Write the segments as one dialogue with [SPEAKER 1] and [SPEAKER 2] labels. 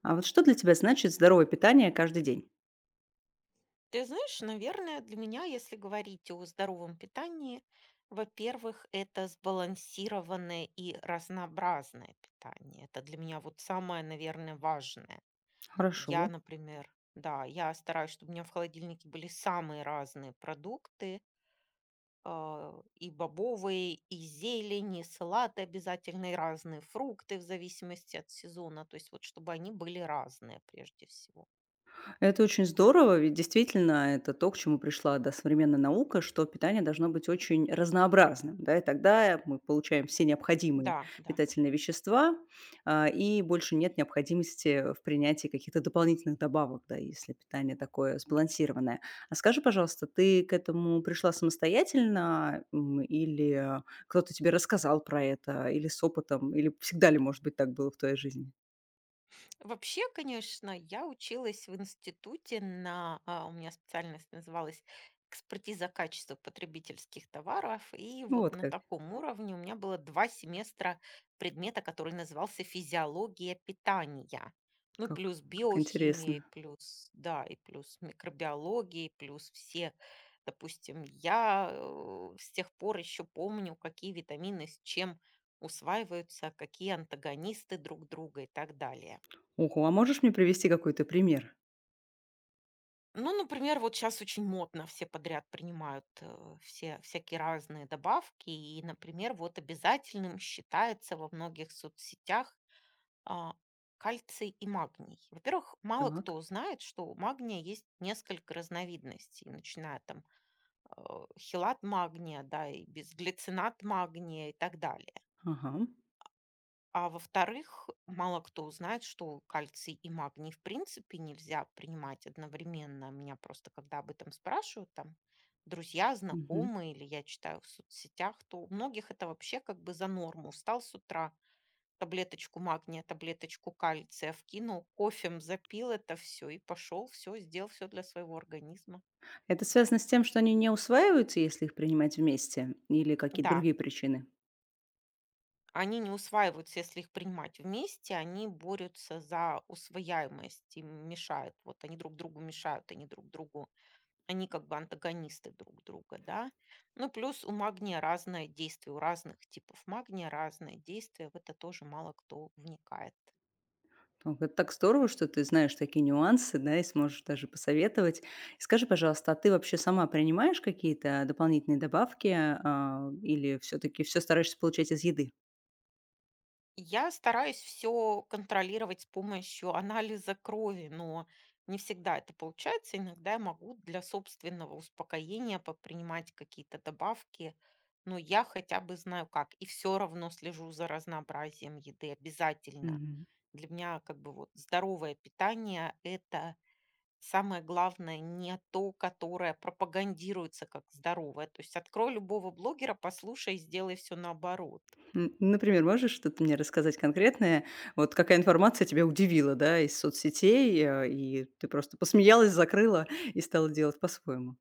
[SPEAKER 1] А вот что для тебя значит здоровое питание каждый день?
[SPEAKER 2] Ты знаешь, наверное, для меня, если говорить о здоровом питании, во-первых, это сбалансированное и разнообразное питание. Это для меня вот самое, наверное, важное.
[SPEAKER 1] Хорошо.
[SPEAKER 2] Я, например, да, я стараюсь, чтобы у меня в холодильнике были самые разные продукты, и бобовые, и зелень, и салаты обязательно, и разные фрукты в зависимости от сезона. То есть вот чтобы они были разные прежде всего.
[SPEAKER 1] Это очень здорово, ведь действительно это то, к чему пришла, да, современная наука, что питание должно быть очень разнообразным, да, и тогда мы получаем все необходимые
[SPEAKER 2] Да, да.
[SPEAKER 1] питательные вещества, и больше нет необходимости в принятии каких-то дополнительных добавок, да, если питание такое сбалансированное. А скажи, пожалуйста, ты к этому пришла самостоятельно, или кто-то тебе рассказал про это, или с опытом, или всегда ли, может быть, так было в твоей жизни?
[SPEAKER 2] Вообще, конечно, я училась в институте у меня специальность называлась экспертиза качества потребительских товаров, и
[SPEAKER 1] Ну
[SPEAKER 2] вот
[SPEAKER 1] вот
[SPEAKER 2] на
[SPEAKER 1] как.
[SPEAKER 2] таком уровне у меня было 2 семестра предмета, который назывался физиология питания. Ну,
[SPEAKER 1] Как
[SPEAKER 2] плюс
[SPEAKER 1] как
[SPEAKER 2] биохимия, и
[SPEAKER 1] интересно.
[SPEAKER 2] плюс, да, и плюс микробиология, и плюс все, допустим, я с тех пор еще помню, какие витамины с чем усваиваются, какие антагонисты друг друга и так далее.
[SPEAKER 1] Ого, а можешь мне привести какой-то пример?
[SPEAKER 2] Ну, например, вот сейчас очень модно, все подряд принимают, все всякие разные добавки. И, например, вот обязательным считается во многих соцсетях, а, кальций и магний. Во-первых, мало
[SPEAKER 1] Так.
[SPEAKER 2] кто знает, что у магния есть несколько разновидностей, начиная там, э, хелат магния, да, и безглицинат магния и так далее.
[SPEAKER 1] Ага.
[SPEAKER 2] А во-вторых, мало кто знает, что кальций и магний в принципе нельзя принимать одновременно. Меня просто, когда об этом спрашивают, там, друзья,
[SPEAKER 1] Мгм.
[SPEAKER 2] знакомые, или я читаю в соцсетях, то у многих это вообще как бы за норму. Встал с утра, таблеточку магния, таблеточку кальция вкинул, кофем запил это все и пошел, все, сделал все для своего организма.
[SPEAKER 1] Это связано с тем, что они не усваиваются, если их принимать вместе, или какие-то
[SPEAKER 2] Да,
[SPEAKER 1] другие причины?
[SPEAKER 2] они не усваиваются, если их принимать вместе, они борются за усвояемость, им мешают. Вот они друг другу мешают, они как бы антагонисты друг друга, да. Ну, плюс у магния разное действие, у разных типов магния разное действие, в это тоже мало кто вникает.
[SPEAKER 1] Ох, это так здорово, что ты знаешь такие нюансы, да, и сможешь даже посоветовать. Скажи, пожалуйста, а ты вообще сама принимаешь какие-то дополнительные добавки, или все таки все стараешься получать из еды?
[SPEAKER 2] Я стараюсь все контролировать с помощью анализа крови, но не всегда это получается. Иногда я могу для собственного успокоения попринимать какие-то добавки, но я хотя бы знаю как. И все равно слежу за разнообразием еды обязательно.
[SPEAKER 1] Мгм.
[SPEAKER 2] Для меня как бы вот здоровое питание — это самое главное, не то, которое пропагандируется как здоровое. То есть открой любого блогера, послушай и сделай все наоборот.
[SPEAKER 1] Например, можешь что-то мне рассказать конкретное? Вот какая информация тебя удивила, да, из соцсетей, и ты просто посмеялась, закрыла и стала делать по-своему?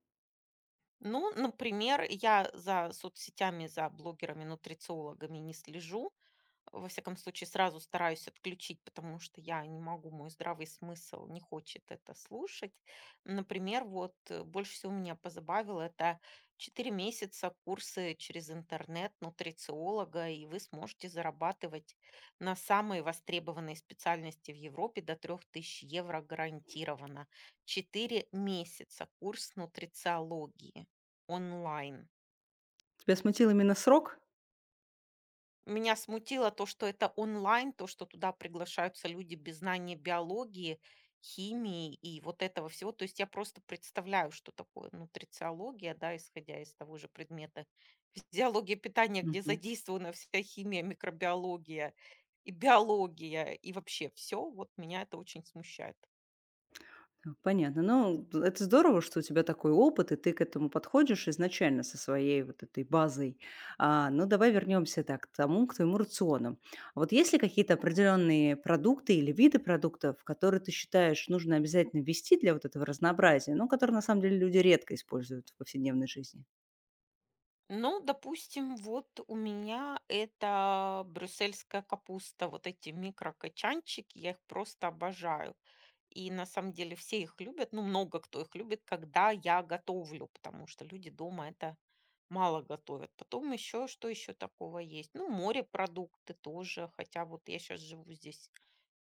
[SPEAKER 2] Ну, например, я за соцсетями, за блогерами-нутрициологами не слежу, во всяком случае, сразу стараюсь отключить, потому что я не могу, мой здравый смысл не хочет это слушать. Например, вот больше всего меня позабавило это: 4 месяца курсы через интернет нутрициолога, и вы сможете зарабатывать на самые востребованные специальности в Европе до 3000 евро гарантированно. 4 месяца курс нутрициологии онлайн.
[SPEAKER 1] Тебя смутил именно срок?
[SPEAKER 2] Меня смутило то, что это онлайн, то, что туда приглашаются люди без знания биологии, химии и вот этого всего. То есть я просто представляю, что такое нутрициология, да, исходя из того же предмета физиология питания, где задействована вся химия, микробиология и биология, и вообще все. Вот меня это очень смущает.
[SPEAKER 1] Понятно. Ну, это здорово, что у тебя такой опыт, и ты к этому подходишь изначально со своей вот этой базой. Ну, давай вернемся так, к тому, к твоему рациону. А вот есть ли какие-то определенные продукты или виды продуктов, которые ты считаешь нужно обязательно ввести для вот этого разнообразия, ну, которые на самом деле люди редко используют в повседневной жизни?
[SPEAKER 2] Ну, допустим, вот у меня это брюссельская капуста, вот эти микрокачанчики, я их просто обожаю. И на самом деле все их любят, ну, много кто их любит, когда я готовлю, потому что люди дома это мало готовят. Потом еще, что еще такого есть? Ну, морепродукты тоже, хотя вот я сейчас живу здесь,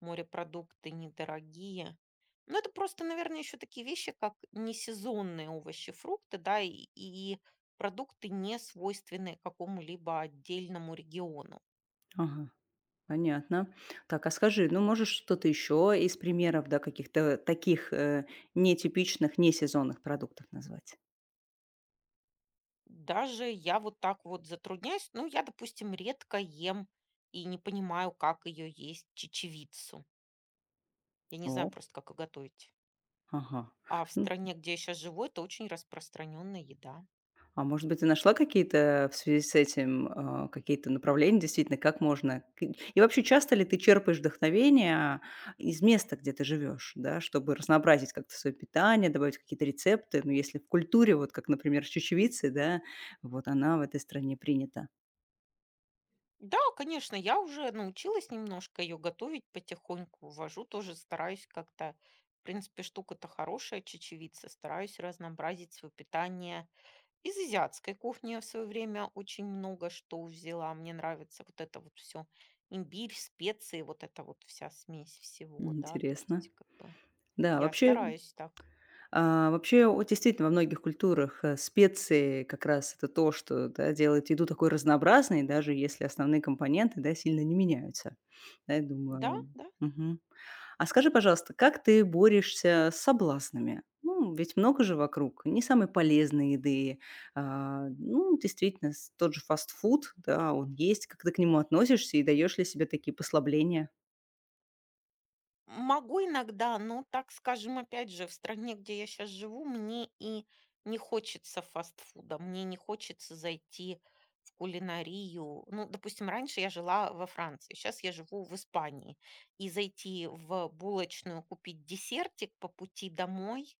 [SPEAKER 2] морепродукты недорогие. Но это просто, наверное, еще такие вещи, как несезонные овощи, фрукты, да, и продукты, не свойственные какому-либо отдельному региону.
[SPEAKER 1] Ага. Понятно. Так, а скажи, ну, можешь что-то еще из примеров, да, каких-то таких, нетипичных, несезонных продуктов назвать?
[SPEAKER 2] Даже я вот так вот затрудняюсь. Ну, я, допустим, редко ем и не понимаю, как ее есть, чечевицу. Я не знаю
[SPEAKER 1] О,
[SPEAKER 2] просто, как ее готовить.
[SPEAKER 1] ага.
[SPEAKER 2] А в стране, где я сейчас живу, это очень распространенная еда.
[SPEAKER 1] А может быть, ты нашла какие-то в связи с этим, какие-то направления, действительно. Как можно к И вообще, часто ли ты черпаешь вдохновение из места, где ты живешь, да, чтобы разнообразить как-то свое питание, добавить какие-то рецепты? Ну, если в культуре, вот как, например, с чечевицей, да, вот она в этой стране принята.
[SPEAKER 2] Да, конечно, я уже научилась немножко ее готовить потихоньку, ввожу тоже, стараюсь как-то. В принципе, штука-то хорошая, чечевица. Стараюсь разнообразить свое питание. Из азиатской кухни я в свое время очень много что взяла. Мне нравится вот это вот все. Имбирь, специи, вот это вот вся смесь всего,
[SPEAKER 1] М,
[SPEAKER 2] да, то
[SPEAKER 1] интересно.
[SPEAKER 2] есть как бы
[SPEAKER 1] Да,
[SPEAKER 2] я
[SPEAKER 1] вообще.
[SPEAKER 2] стараюсь так.
[SPEAKER 1] Вообще, о действительно, во многих культурах, специи как раз это то, что, да, делает еду такой разнообразной, даже если основные компоненты, да, сильно не меняются. Да, я
[SPEAKER 2] Да,
[SPEAKER 1] думаю.
[SPEAKER 2] да.
[SPEAKER 1] Мгм. А скажи, пожалуйста, как ты борешься с соблазнами? Ну, ведь много же вокруг не самой полезной еды. Ну, действительно, с тот же фастфуд, да, он есть. Как ты к нему относишься и даешь ли себе такие послабления?
[SPEAKER 2] Могу иногда, но, так скажем, опять же, в стране, где я сейчас живу, мне и не хочется фастфуда, мне не хочется зайти в кулинарию. Ну, допустим, раньше я жила во Франции, сейчас я живу в Испании. И зайти в булочную, купить десертик по пути домой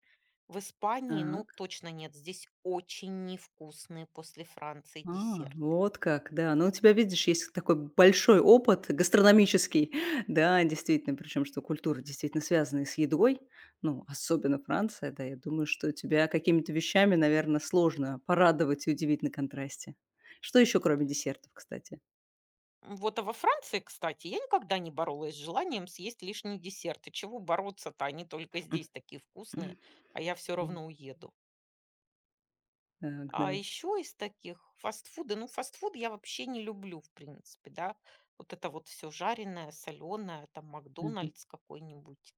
[SPEAKER 2] в Испании, ну, точно нет. Здесь очень невкусные после Франции
[SPEAKER 1] А,
[SPEAKER 2] десерты.
[SPEAKER 1] вот как, да. Ну, у тебя, видишь, есть такой большой опыт гастрономический, да, действительно, причем, что культуры действительно связаны с едой, ну, особенно Франция, да, я думаю, что тебя какими-то вещами, наверное, сложно порадовать и удивить на контрасте. Что еще, кроме десертов, кстати?
[SPEAKER 2] Вот, а во Франции, кстати, я никогда не боролась с желанием съесть лишний десерт. И чего бороться-то? Они только здесь такие вкусные,
[SPEAKER 1] М,
[SPEAKER 2] а я все равно уеду.
[SPEAKER 1] Так,
[SPEAKER 2] А
[SPEAKER 1] да.
[SPEAKER 2] еще из таких фастфуда, ну, фастфуд я вообще не люблю, в принципе, да. Вот это вот все жареное, соленое, там,
[SPEAKER 1] Мгм,
[SPEAKER 2] Макдональдс какой-нибудь.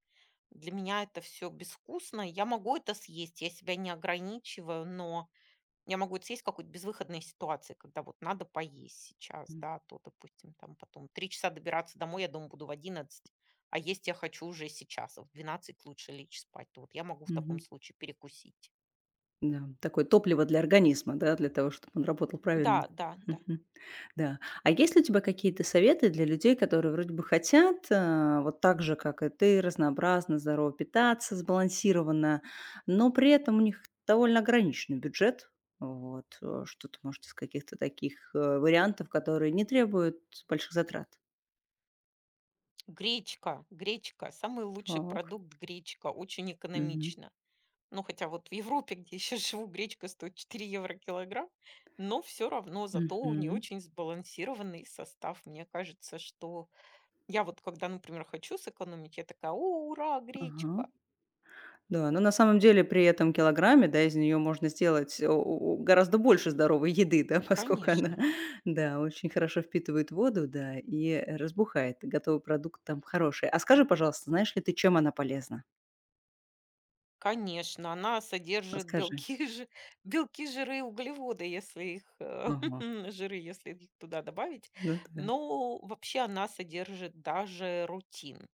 [SPEAKER 2] Для меня это все безвкусно. Я могу это съесть, я себя не ограничиваю, но я могу это съесть в какой-то безвыходной ситуации, когда вот надо поесть сейчас,
[SPEAKER 1] м,
[SPEAKER 2] да, то, допустим, там потом 3 часа добираться домой, я дома буду в 11, а есть я хочу уже сейчас, а в 12 лучше лечь спать. То вот я могу в таком
[SPEAKER 1] мгм.
[SPEAKER 2] случае перекусить.
[SPEAKER 1] Да, такое топливо для организма, да, для того, чтобы он работал
[SPEAKER 2] Да,
[SPEAKER 1] правильно.
[SPEAKER 2] да, да.
[SPEAKER 1] Мгм. Да. А есть ли у тебя какие-то советы для людей, которые вроде бы хотят, вот так же, как и ты, разнообразно, здорово питаться, сбалансированно, но при этом у них довольно ограниченный бюджет? Вот, что ты, может, из каких-то таких, вариантов, которые не требуют больших затрат?
[SPEAKER 2] Гречка, гречка, самый лучший
[SPEAKER 1] Так.
[SPEAKER 2] продукт гречка, очень
[SPEAKER 1] Мгм.
[SPEAKER 2] экономично. Ну, хотя вот в Европе, где еще живу, гречка стоит 4 евро килограмм, но все равно зато у нее
[SPEAKER 1] Мгм.
[SPEAKER 2] очень сбалансированный состав. Мне кажется, что я вот когда, например, хочу сэкономить, я такая: "О, ура,
[SPEAKER 1] Ага.
[SPEAKER 2] гречка!"
[SPEAKER 1] Да, но на самом деле при этом килограмме, да, из нее можно сделать о о гораздо больше здоровой еды, да, поскольку она,
[SPEAKER 2] Конечно,
[SPEAKER 1] да, очень хорошо впитывает воду, да, и разбухает. И готовый продукт там хороший. А скажи, пожалуйста, знаешь ли ты, чем она полезна?
[SPEAKER 2] конечно, она содержит
[SPEAKER 1] Расскажи.
[SPEAKER 2] белки, жи белки, жиры и углеводы, если их,
[SPEAKER 1] Ага.
[SPEAKER 2] жиры, если их туда добавить.
[SPEAKER 1] Ну да.
[SPEAKER 2] Но вообще она содержит даже рутин,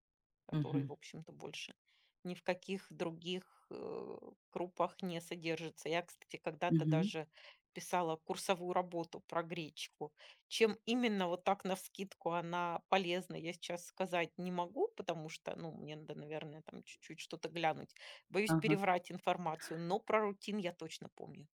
[SPEAKER 2] который,
[SPEAKER 1] Мгм.
[SPEAKER 2] в общем-то, больше ни в каких других крупах не содержится. Я, кстати, когда-то
[SPEAKER 1] Мгм.
[SPEAKER 2] даже писала курсовую работу про гречку. Чем именно вот так навскидку она полезна, я сейчас сказать не могу, потому что, ну, мне надо, наверное, там чуть-чуть что-то глянуть. Боюсь
[SPEAKER 1] Ага.
[SPEAKER 2] переврать информацию, но про рутин я точно помню.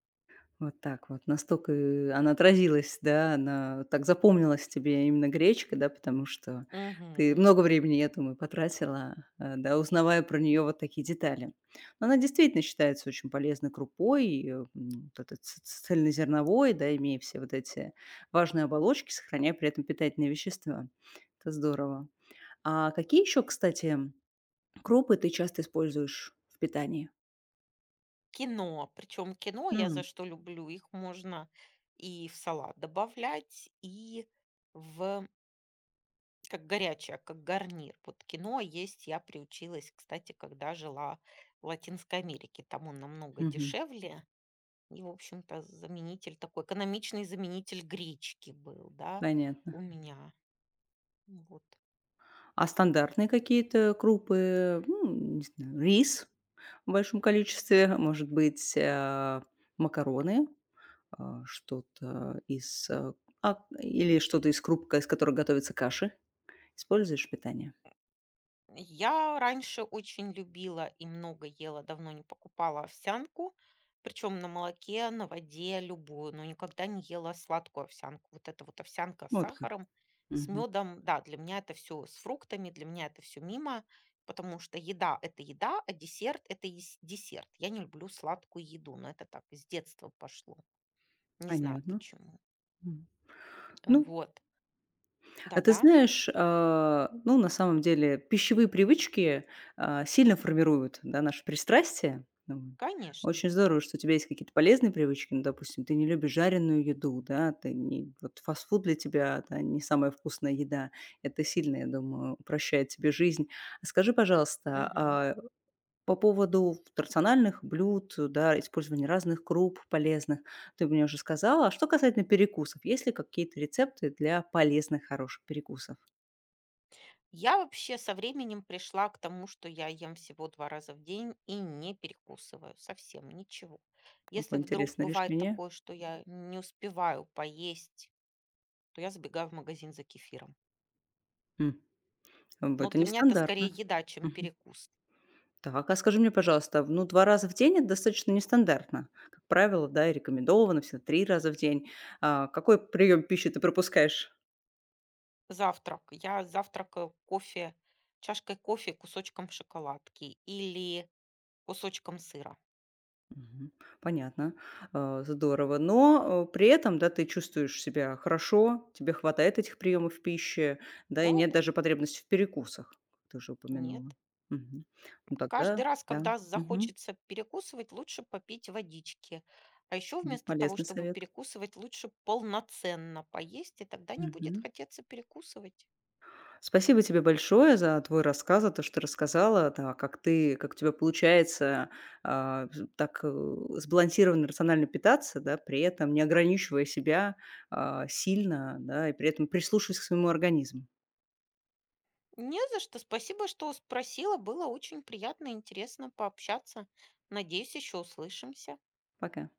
[SPEAKER 1] Вот так вот. Настолько, она отразилась, да, она так запомнилась тебе именно гречка, да, потому что ты
[SPEAKER 2] Мгм.
[SPEAKER 1] много времени, я думаю, потратила, да, узнавая про нее вот такие детали. Но она действительно считается очень полезной крупой, и, вот этот ц ц цельнозерновой, да, имея все вот эти важные оболочки, сохраняя при этом питательные вещества. Это здорово. А какие еще, кстати, крупы ты часто используешь в питании?
[SPEAKER 2] Кино. Причем кино я за
[SPEAKER 1] М,
[SPEAKER 2] что люблю, их можно и в салат добавлять, и в, как горячая, как гарнир. Вот кино есть я приучилась, кстати, когда жила в Латинской Америке. Там он намного
[SPEAKER 1] мгм.
[SPEAKER 2] дешевле. И, в общем-то, заменитель такой, экономичный заменитель гречки был, да,
[SPEAKER 1] Понятно.
[SPEAKER 2] у меня. Вот.
[SPEAKER 1] А стандартные какие-то крупы, ну, не знаю, рис в большом количестве, может быть, макароны, что-то из а, или что-то из круп, из которых готовятся каши. Используешь питание?
[SPEAKER 2] Я раньше очень любила и много ела, давно не покупала овсянку, причем на молоке, на воде, любую, но никогда не ела сладкую овсянку. Вот эта вот овсянка с
[SPEAKER 1] Вот как.
[SPEAKER 2] сахаром, с
[SPEAKER 1] Мгм.
[SPEAKER 2] медом, да, для меня это все с фруктами, для меня это все мимо, потому что еда — это еда, а десерт — это десерт. Я не люблю сладкую еду, но это так, с детства пошло. Не знаю
[SPEAKER 1] Понятно.
[SPEAKER 2] почему.
[SPEAKER 1] М. Ну,
[SPEAKER 2] Вот,
[SPEAKER 1] а ты
[SPEAKER 2] да-да,
[SPEAKER 1] знаешь, ну, на самом деле, пищевые привычки, сильно формируют, да, наши пристрастия. М.
[SPEAKER 2] конечно.
[SPEAKER 1] Очень здорово, что у тебя есть какие-то полезные привычки. Ну, допустим, ты не любишь жареную еду, да, ты не вот фастфуд для тебя- это не самая вкусная еда. Это сильно, я думаю, упрощает тебе жизнь. А скажи, пожалуйста, а по поводу в рациональных блюд, да, использования разных круп полезных, ты мне уже сказала. А что касательно перекусов, есть ли какие-то рецепты для полезных, хороших перекусов?
[SPEAKER 2] Я вообще со временем пришла к тому, что я ем всего 2 раза в день и не перекусываю совсем ничего. Если
[SPEAKER 1] Какое
[SPEAKER 2] вдруг
[SPEAKER 1] интересное
[SPEAKER 2] бывает
[SPEAKER 1] решение.
[SPEAKER 2] такое, что я не успеваю поесть, то я забегаю в магазин за кефиром.
[SPEAKER 1] М, об
[SPEAKER 2] Но
[SPEAKER 1] это
[SPEAKER 2] для меня это скорее
[SPEAKER 1] нестандартно.
[SPEAKER 2] еда, чем
[SPEAKER 1] Мгм.
[SPEAKER 2] перекус.
[SPEAKER 1] Так, а скажи мне, пожалуйста, ну, 2 раза в день- это достаточно нестандартно. Как правило, да, и рекомендовано всегда 3 раза в день. А какой прием пищи ты пропускаешь?
[SPEAKER 2] Завтрак. Я завтракаю кофе, чашкой кофе, кусочком шоколадки или кусочком сыра.
[SPEAKER 1] Мгм. Понятно. Здорово. Но, при этом, да, ты чувствуешь себя хорошо, тебе хватает этих приемов пищи, да, и
[SPEAKER 2] Да,
[SPEAKER 1] нет
[SPEAKER 2] да,
[SPEAKER 1] даже потребности в перекусах, как ты уже
[SPEAKER 2] нет.
[SPEAKER 1] упомянула. Мгм. Ну,
[SPEAKER 2] Каждый
[SPEAKER 1] тогда
[SPEAKER 2] раз,
[SPEAKER 1] да.
[SPEAKER 2] когда
[SPEAKER 1] Мгм.
[SPEAKER 2] захочется перекусывать, лучше попить водички. А еще
[SPEAKER 1] М,
[SPEAKER 2] вместо того,
[SPEAKER 1] полезный
[SPEAKER 2] чтобы
[SPEAKER 1] совет.
[SPEAKER 2] перекусывать, лучше полноценно поесть, и тогда не будет
[SPEAKER 1] Мгм.
[SPEAKER 2] хотеться перекусывать.
[SPEAKER 1] Спасибо тебе большое за твой рассказ, за то, что ты рассказала, да, как у тебя получается, так, сбалансированно, рационально питаться, да, при этом не ограничивая себя, сильно, да, и при этом прислушиваясь к своему организму.
[SPEAKER 2] Не за что. Спасибо, что спросила. Было очень приятно и интересно пообщаться. Надеюсь, еще услышимся.
[SPEAKER 1] Пока.